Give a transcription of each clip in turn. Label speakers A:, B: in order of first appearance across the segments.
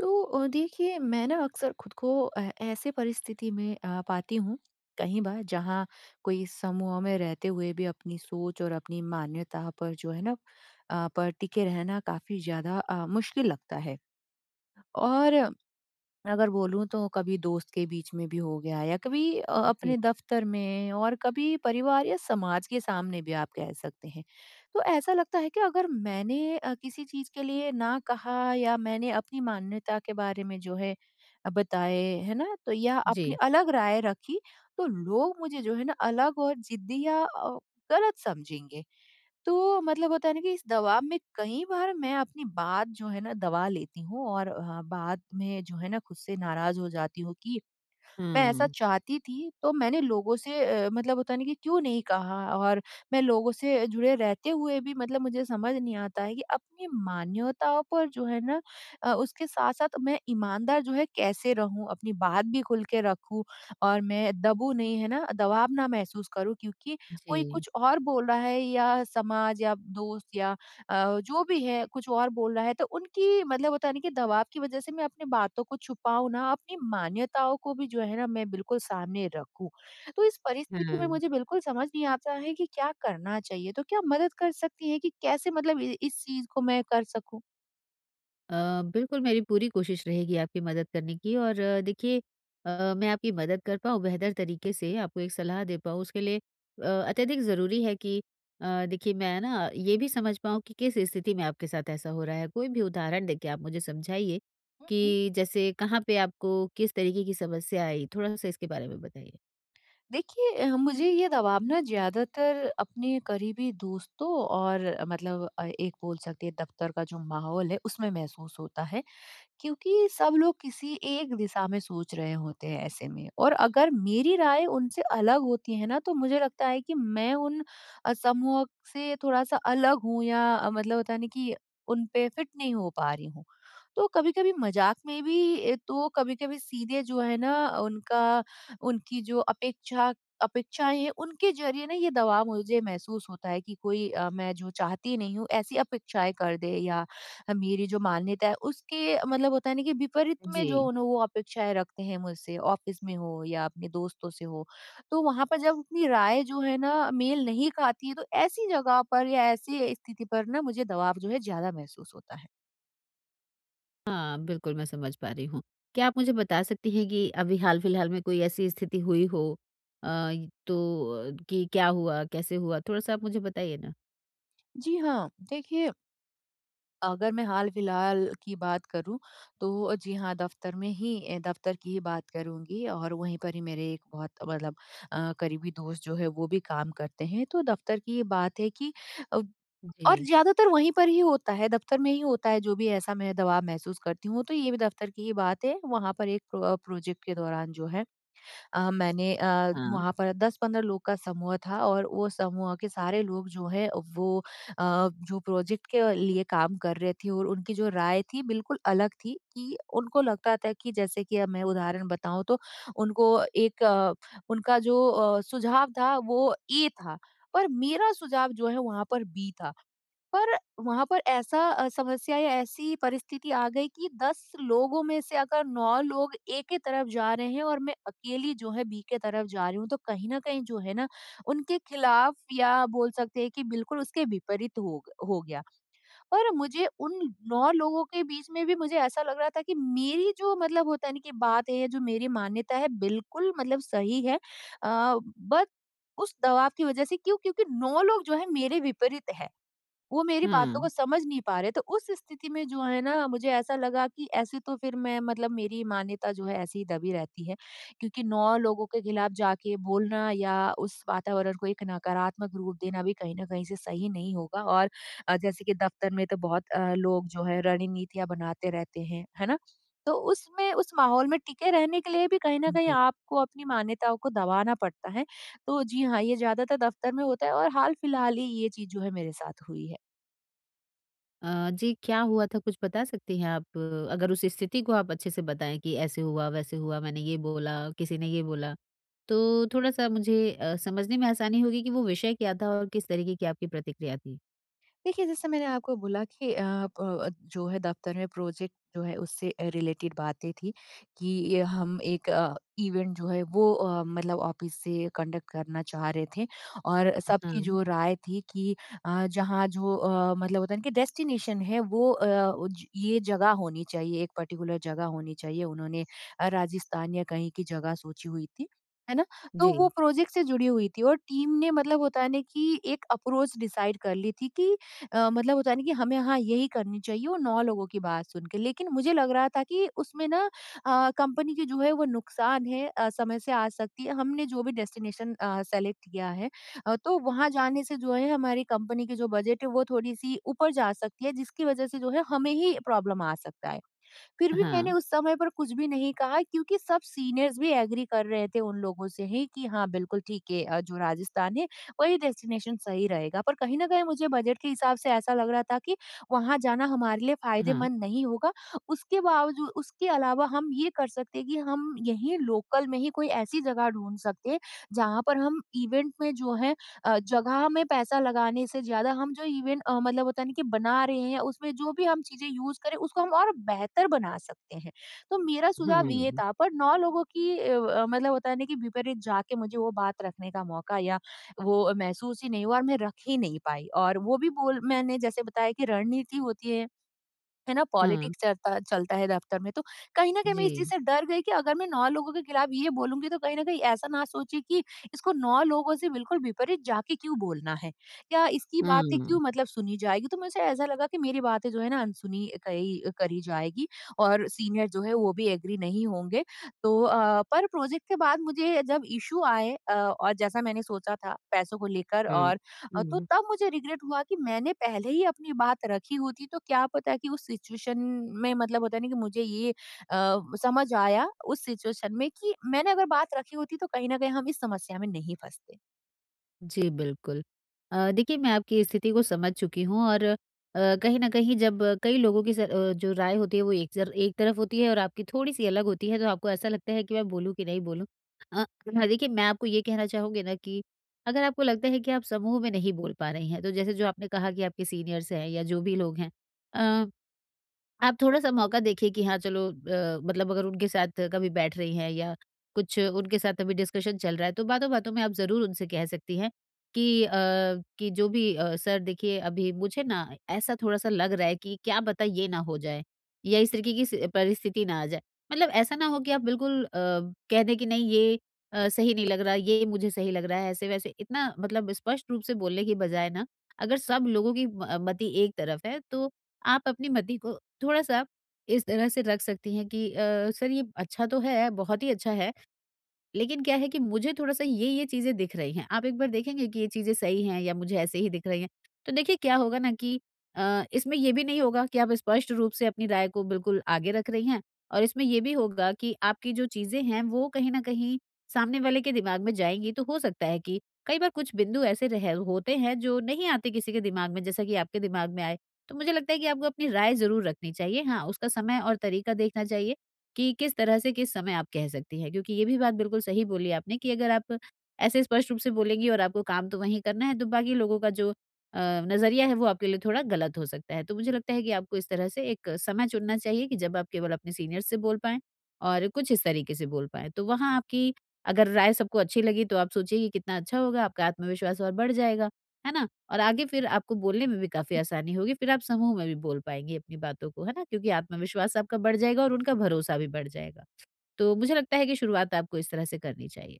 A: तो देखिए मैं ना अक्सर खुद को ऐसे परिस्थिति में पाती हूँ कई बार, जहाँ कोई समूह में रहते हुए भी अपनी सोच और अपनी मान्यता पर जो है ना पर टिके रहना काफी ज्यादा मुश्किल लगता है। और अगर बोलूँ, तो कभी दोस्त के बीच में भी हो गया या कभी अपने दफ्तर में, और कभी परिवार या समाज के सामने भी आप कह सकते हैं। तो ऐसा लगता है कि अगर मैंने किसी चीज़ के लिए ना कहा, या मैंने अपनी मान्यता के बारे में जो है बताए, है ना? तो या अपनी
B: जी।
A: अलग राय रखी, तो लोग मुझे जो है ना अलग और ज़िद्दी या गलत समझेंगे। तो मतलब होता है ना कि इस दबाव में कई बार मैं अपनी बात जो है ना दबा लेती हूँ, और बाद में जो है ना खुद से नाराज हो जाती हूँ कि मैं ऐसा
B: हुँ।
A: चाहती थी, तो मैंने लोगों से मतलब होता है ना कि क्यों नहीं कहा। और मैं लोगों से जुड़े रहते हुए भी मतलब मुझे समझ नहीं आता है कि अपनी मान्यताओं पर जो है ना उसके साथ-साथ मैं ईमानदार जो है कैसे रहूँ? अपनी बात भी खुल के रखूँ और मैं दबूँ नहीं, है ना? दबाव ना महसूस करूँ, क्योंकि कोई
B: जी।
A: कुछ और बोल रहा है, या समाज या दोस्त या जो भी है कुछ और बोल रहा है, तो उनकी मतलब होता है ना कि दबाव की वजह से मैं अपनी बातों को छुपाऊँ ना, अपनी मान्यताओं को भी जो है ना मैं बिल्कुल सामने रखूँ। तो इस परिस्थिति में
B: हाँ।
A: मुझे बिल्कुल समझ नहीं आता है कि क्या करना चाहिए? तो क्या मदद कर सकती हैं कि कैसे मतलब इ इस चीज़ को मैं कर सकूँ?
B: बिल्कुल मेरी पूरी कोशिश रहेगी आपकी मदद करने की और देखिए मैं आपकी मदद कर पाऊँ बेहतर तरीके से, आपको एक सलाह दे पाऊँ उसके लिए अत्यधिक ज़रूरी है कि देखिए मैं ना ये भी समझ पाऊँ कि किस स्थिति में आपके साथ ऐसा हो रहा है। कोई भी उदाहरण देके आप मुझे समझाइए
A: हुँ, हुँ।
B: कि जैसे कहाँ पे आपको किस तरीके की समस्या आई? थोड़ा-सा इसके बारे में बताइए।
A: देखिए मुझे ये दबाव ना ज़्यादातर अपने करीबी दोस्तों और मतलब एक बोल सकते हैं दफ्तर का जो माहौल है उसमें महसूस होता है। क्योंकि सब लोग किसी एक दिशा में सोच रहे होते हैं ऐसे में, और अगर मेरी राय उनसे अलग होती है ना, तो मुझे लगता है कि मैं उन समूह से थोड़ा सा अलग हूँ, या मतलब होता नहीं कि उन पे फिट नहीं हो पा रही हूँ। तो कभी कभी मजाक में भी तो कभी कभी सीधे जो है ना उनका उनकी जो अपेक्षाएं हैं उनके जरिए ना ये दबाव मुझे महसूस होता है कि कोई मैं जो चाहती नहीं हूँ ऐसी अपेक्षाएं कर दे, या हम मेरी जो मान्यता है उसके मतलब होता है ना कि विपरीत
B: जी।
A: में जो उन्हों वो अपेक्षाएं रखते हैं मुझसे, ऑफिस में हो या अपने दोस्तों से हो। तो वहां पर जब अपनी राय जो है ना मेल नहीं खाती है, तो ऐसी जगह पर या ऐसी स्थिति पर ना मुझे दबाव जो है ज्यादा महसूस होता है।
B: हाँ, बिल्कुल मैं समझ पा रही हूँ। क्या आप मुझे बता सकती हैं कि अभी हाल-फिलहाल में कोई ऐसी स्थिति हुई हो अ, तो कि क्या हुआ, कैसे हुआ? थोड़ा-सा आप मुझे बताइए ना।
A: जी हाँ, देखिए, अगर मैं हाल-फिलहाल की बात करूँ, तो जी हाँ, दफ़्तर में ही, दफ़्तर की ही बात करूँगी, और वहीं पर ही मेरे एक बहुत मतलब करीबी दोस्त जो है, वो भी काम करते हैं। तो दफ़्तर की ये बात है कि अ, और
B: जी,
A: ज़्यादातर वहीं पर ही होता है, दफ़्तर में ही होता है, जो भी ऐसा मैं दबाव महसूस करती हूँ। तो ये भी दफ़्तर की ही बात है, वहाँ पर एक प्रोजेक्ट के दौरान जो है मैंने
B: हाँ,
A: वहाँ पर 10-15 लोग का समूह था, और वो समूह के सारे लोग जो है वो जो प्रोजेक्ट के लिए काम कर रहे थे, और उनकी जो राय थी बिल्कुल अलग थी, कि उनको लगता था कि जैसे कि अब मैं उदाहरण बताऊँ तो उनको एक उनका जो सुझाव था वो ए था, पर मेरा सुझाव जो है वहाँ पर बी था। पर वहाँ पर ऐसा समस्या या ऐसी परिस्थिति आ गई कि 10 लोगों में से अगर 9 लोग ए के तरफ जा रहे हैं, और मैं अकेली जो है बी के तरफ जा रही हूँ, तो कहीं न कहीं जो है ना, उनके खिलाफ, या बोल सकते हैं कि बिल्कुल उसके विपरीत हो गया। पर मुझे उन 9 लोगों के बीच में भी मुझे ऐसा लग रहा था कि मेरी जो मतलब होता है ना कि बात है, जो मेरी मान्यता है, बिल्कुल मतलब सही है। बट उस दबाव की वजह से क्यों? क्योंकि 9 लोग जो हैं मेरे विपरीत हैं। वो मेरी बातों को
B: हाँ,
A: समझ नहीं पा रहे, तो उस स्थिति में जो है ना मुझे ऐसा लगा कि ऐसे तो फिर मैं मतलब मेरी मान्यता जो है ऐसे ही दबी रहती है, क्योंकि 9 लोगों के खिलाफ जाके बोलना, या उस वातावरण को एक नकारात्मक रूप देना भी कहीं न कहीं से सही नहीं होगा। और जैसे कि दफ्तर में तो बहुत लोग जो है रणनीतियाँ बनाते रहते हैं, है ना? तो उसमें उस माहौल में टिके रहने के लिए भी कहीं न कहीं
B: जी।
A: आपको अपनी मान्यताओं को दबाना पड़ता है। तो जी हाँ, ये ज़्यादातर दफ्तर में होता है, और हाल-फिलहाल ही ये चीज़ जो है मेरे साथ हुई है।
B: जी क्या हुआ था कुछ बता सकती हैं आप? अगर उस स्थिति को आप अच्छे से बताएँ कि ऐसे हुआ, वैसे हुआ, मैंने ये बोला, किसी ने ये बोला, तो थोड़ा-सा मुझे समझने में आसानी होगी कि वो विषय क्या था और किस तरीके की आपकी प्रतिक्रिया थी?
A: देखिए, जैसे मैंने आपको बोला कि प जो है दफ्तर में प्रोजेक्ट जो है उससे रिलेटेड बातें थी, कि ये हम एक इवेंट जो है वो मतलब ऑफिस से कंडक्ट करना चाह रहे थे। और सबकी
B: हाँ,
A: जो राय थी कि जहाँ जो मतलब होता है ना कि डेस्टिनेशन है वो वो ज ये जगह होनी चाहिए, एक पर्टिकुलर जगह होनी चाहिए। उन्होंने राजस्थान या कहीं की जगह सोची हुई थी, है ना? तो
B: जी,
A: वो प्रोजेक्ट से जुड़ी हुई थी, और टीम ने मतलब होता है ना कि एक अप्रोच डिसाइड कर ली थी कि मतलब होता है ना कि हमें हाँ यही करनी चाहिए वो 9 लोगों की बात सुन के। लेकिन मुझे लग रहा था कि उसमें ना कंपनी के जो है वो नुकसान है समय से आ सकती है। हमने जो भी डेस्टिनेशन सेलेक्ट किया है तो वहाँ जाने से जो है हमारी कंपनी की जो बजट है वो थोड़ी-सी ऊपर जा सकती है, जिसकी वज़ह से जो है हमें ही प्रॉब्लम आ सकता है। फिर भी मैंने
B: हाँ,
A: उस समय पर कुछ भी नहीं कहा, क्योंकि सब सीनियर्स भी एग्री कर रहे थे उन लोगों से ही कि हाँ बिल्कुल ठीक है, जो राजस्थान है वही डेस्टिनेशन सही रहेगा, पर कहीं ना कहीं मुझे बजट के हिसाब से ऐसा लग रहा था कि वहां जाना हमारे लिए
B: हाँ,
A: फायदेमंद नहीं होगा। उसके बावजूद उसके अलावा हम ये कर सकते हैं कि हम यहीं लोकल में ही कोई ऐसी जगह ढूंढ सकते हैं, जहाँ पर हम इवेंट में जो है जगह में पैसा लगाने से ज़्यादा हम जो इवेंट मतलब होता है ना कि बना रहे हैं उसमें जो भी हम चीज़ें यूज़ करें उसको हम और बेहतर बना सकते हैं। तो मेरा सुझाव ये
B: हाँ,
A: था, पर 9 लोगों की व मतलब होता है ना कि विपरीत जाके मुझे वो बात रखने का मौका, या वो महसूस ही नहीं हुआ, और मैं रख ही नहीं पाई। और वो भी बोल मैंने जैसे बताया कि रणनीति होती है ना,
B: हाँ,
A: पॉलिटिक्स चलता चलता है दफ्तर में, तो कहीं न कहीं मैं
B: जी।
A: इस चीज़ से डर गई कि अगर मैं 9 लोगों के खिलाफ ये बोलूँगी, तो कहीं न कहीं ऐसा ना सोचे कि इसको 9 लोगों से बिल्कुल विपरीत जाके क्यों बोलना है? या इसकी बातें
B: हुँ,
A: क्यों मतलब सुनी जाएगी? तो मुझे ऐसा लगा कि मेरी बातें जो है ना अनसुनी कही करी जाएगी, और सीनियर जो है वो भी एग्री नहीं होंगे। तो पर प्रोजेक्ट के बाद मुझे जब इश्यू आए और जैसा मैंने सोचा था पैसों को लेकर,
B: हुँ,
A: और तो
B: हुँ।
A: तब मुझे रिग्रेट हुआ कि मैंने पहले ही अपनी बात रखी होती तो क्या पता, कि उस सिचुएशन में मतलब होता नहीं कि मुझे ये समझ आया उस सिचुएशन में कि मैंने अगर बात रखी होती तो कहीं ना कहीं हम इस समस्या में नहीं फंसते।
B: जी, बिल्कुल। देखिए मैं आपकी स्थिति को समझ चुकी हूँ और कहीं न कहीं जब कई लोगों की जो राय होती है वो एक तरफ होती है और आपकी थोड़ी-सी अलग होती है तो आपको ऐसा लगता है कि मैं बोलूँ कि नहीं बोलूँ। अ, हाँ, देखिए मैं आपको ये कहना चाहूँगी ना कि अगर आपको लगता है कि आप समूह में नहीं बोल पा रही हैं, तो जैसे जो आपने कहा कि आपके सीनियर्स हैं या जो भी लोग हैं अ आप थोड़ा-सा मौका देखिए कि हाँ, चलो मतलब अगर उनके साथ कभी बैठ रही हैं या कुछ उनके साथ अभी डिस्कशन चल रहा है, तो बातों-बातों में आप ज़रूर उनसे कह सकती हैं कि कि जो भी सर देखिए अभी मुझे ना ऐसा थोड़ा-सा लग रहा है कि क्या पता ये ना हो जाए या इस तरीके की स परिस्थिति ना आ जाए। मतलब ऐसा ना हो कि आप बिल्कुल कह दें कि नहीं ये सही नहीं लग रहा, ये मुझे सही लग रहा है, ऐसे-वैसे इतना मतलब स्पष्ट रूप से बोलने की बजाय ना, अगर सब लोगों की मति एक तरफ है, तो आप अपनी मति को थोड़ा-सा इस तरह से रख सकती हैं कि सर ये अच्छा तो है, बहुत ही अच्छा है लेकिन क्या है कि मुझे थोड़ा-सा ये-ये चीज़ें दिख रही हैं। आप एक बार देखेंगे कि ये चीज़ें सही हैं या मुझे ऐसे ही दिख रही हैं। तो देखिए क्या होगा ना कि इसमें ये भी नहीं होगा कि आप स्पष्ट रूप से अपनी राय को बिल्कुल आगे रख रही हैं और इसमें ये भी होगा कि आपकी जो चीज़ें हैं वो कहीं न कहीं सामने वाले के दिमाग में जाएँगी। तो हो सकता है कि कई बार कुछ बिंदु ऐसे रह होते हैं जो नहीं आते किसी के दिमाग में जैसा कि आपके दिमाग में आए। तो मुझे लगता है कि आपको अपनी राय ज़रूर रखनी चाहिए। हाँ, उसका समय और तरीका देखना चाहिए। कि किस तरह से किस समय आप कह सकती हैं। क्योंकि ये भी बात बिल्कुल सही बोली आपने कि अगर आप ऐसे स्पष्ट रूप से बोलेंगी और आपको काम तो वहीं करना है, तो बाकी लोगों का जो अ, नज़रिया है वो आपके लिए थोड़ा गलत हो सकता है। तो मुझे लगता है कि आपको इस तरह से एक समय चुनना चाहिए कि जब आप केवल अपने सीनियर्स से बोल पाएँ और कुछ इस तरीके से बोल पाएँ। तो वहाँ आपकी अगर राय सबको अच्छी लगी तो आप सोचिए कि कितना अच्छा होगा, आपका आत्मविश्वास और बढ़ जाएगा, है ना? और आगे फिर आपको बोलने में भी काफ़ी आसानी होगी, फिर आप समूह में भी बोल पाएँगी अपनी बातों को, है ना? क्योंकि आत्मविश्वास आपका बढ़ जाएगा और उनका भरोसा भी बढ़ जाएगा। तो मुझे लगता है कि शुरुआत आपको इस तरह से करनी चाहिए।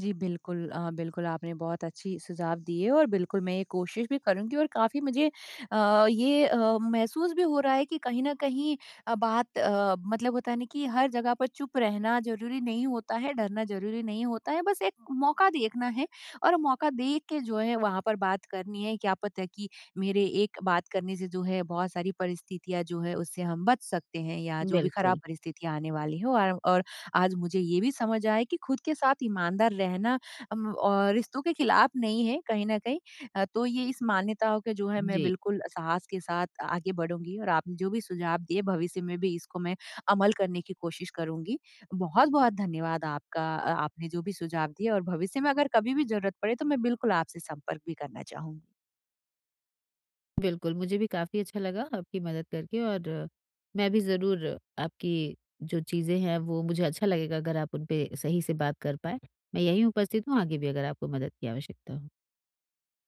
A: जी, बिल्कुल आपने बहुत अच्छी सुझाव दिए, और बिल्कुल मैं ये कोशिश भी करूँगी, और काफ़ी मुझे ये महसूस भी हो रहा है कि कहीं न कहीं बात मतलब होता है ना कि हर जगह पर चुप रहना ज़रूरी नहीं होता है, डरना ज़रूरी नहीं होता है, बस एक मौका देखना है, और मौका देख के जो है वहाँ पर बात करनी है। क्या पता, कि मेरे एक बात करने से जो है बहुत सारी परिस्थितियाँ जो है उससे हम बच सकते हैं, या जो भी खराब
B: बिल्कुल।
A: परिस्थितियाँ आने वाली है, और आज मुझे ये भी समझ आया कि खुद के साथ ईमानदार रहना और रिश्तों के खिलाफ नहीं है कहीं न कहीं। तो ये इस मान्यताओं के जो है मैं
B: जी,
A: बिल्कुल साहस के साथ आगे बढ़ूँगी, और आपने जो भी सुझाव दिए भविष्य में भी इसको मैं अमल करने की कोशिश करूँगी। बहुत-बहुत धन्यवाद आपका, आपने जो भी सुझाव दिए, और भविष्य में अगर कभी भी ज़रूरत पड़े तो मैं बिल्कुल आपसे संपर्क भी करना चाहूँगी।
B: बिल्कुल, मुझे भी काफ़ी अच्छा लगा आपकी मदद करके और मैं भी ज़रूर आपकी जो चीज़ें हैं, वो मुझे अच्छा लगेगा अगर आप उन पे सही से बात कर पाएँ। मैं यहीं उपस्थित हूँ, आगे भी अगर आपको मदद की आवश्यकता हो।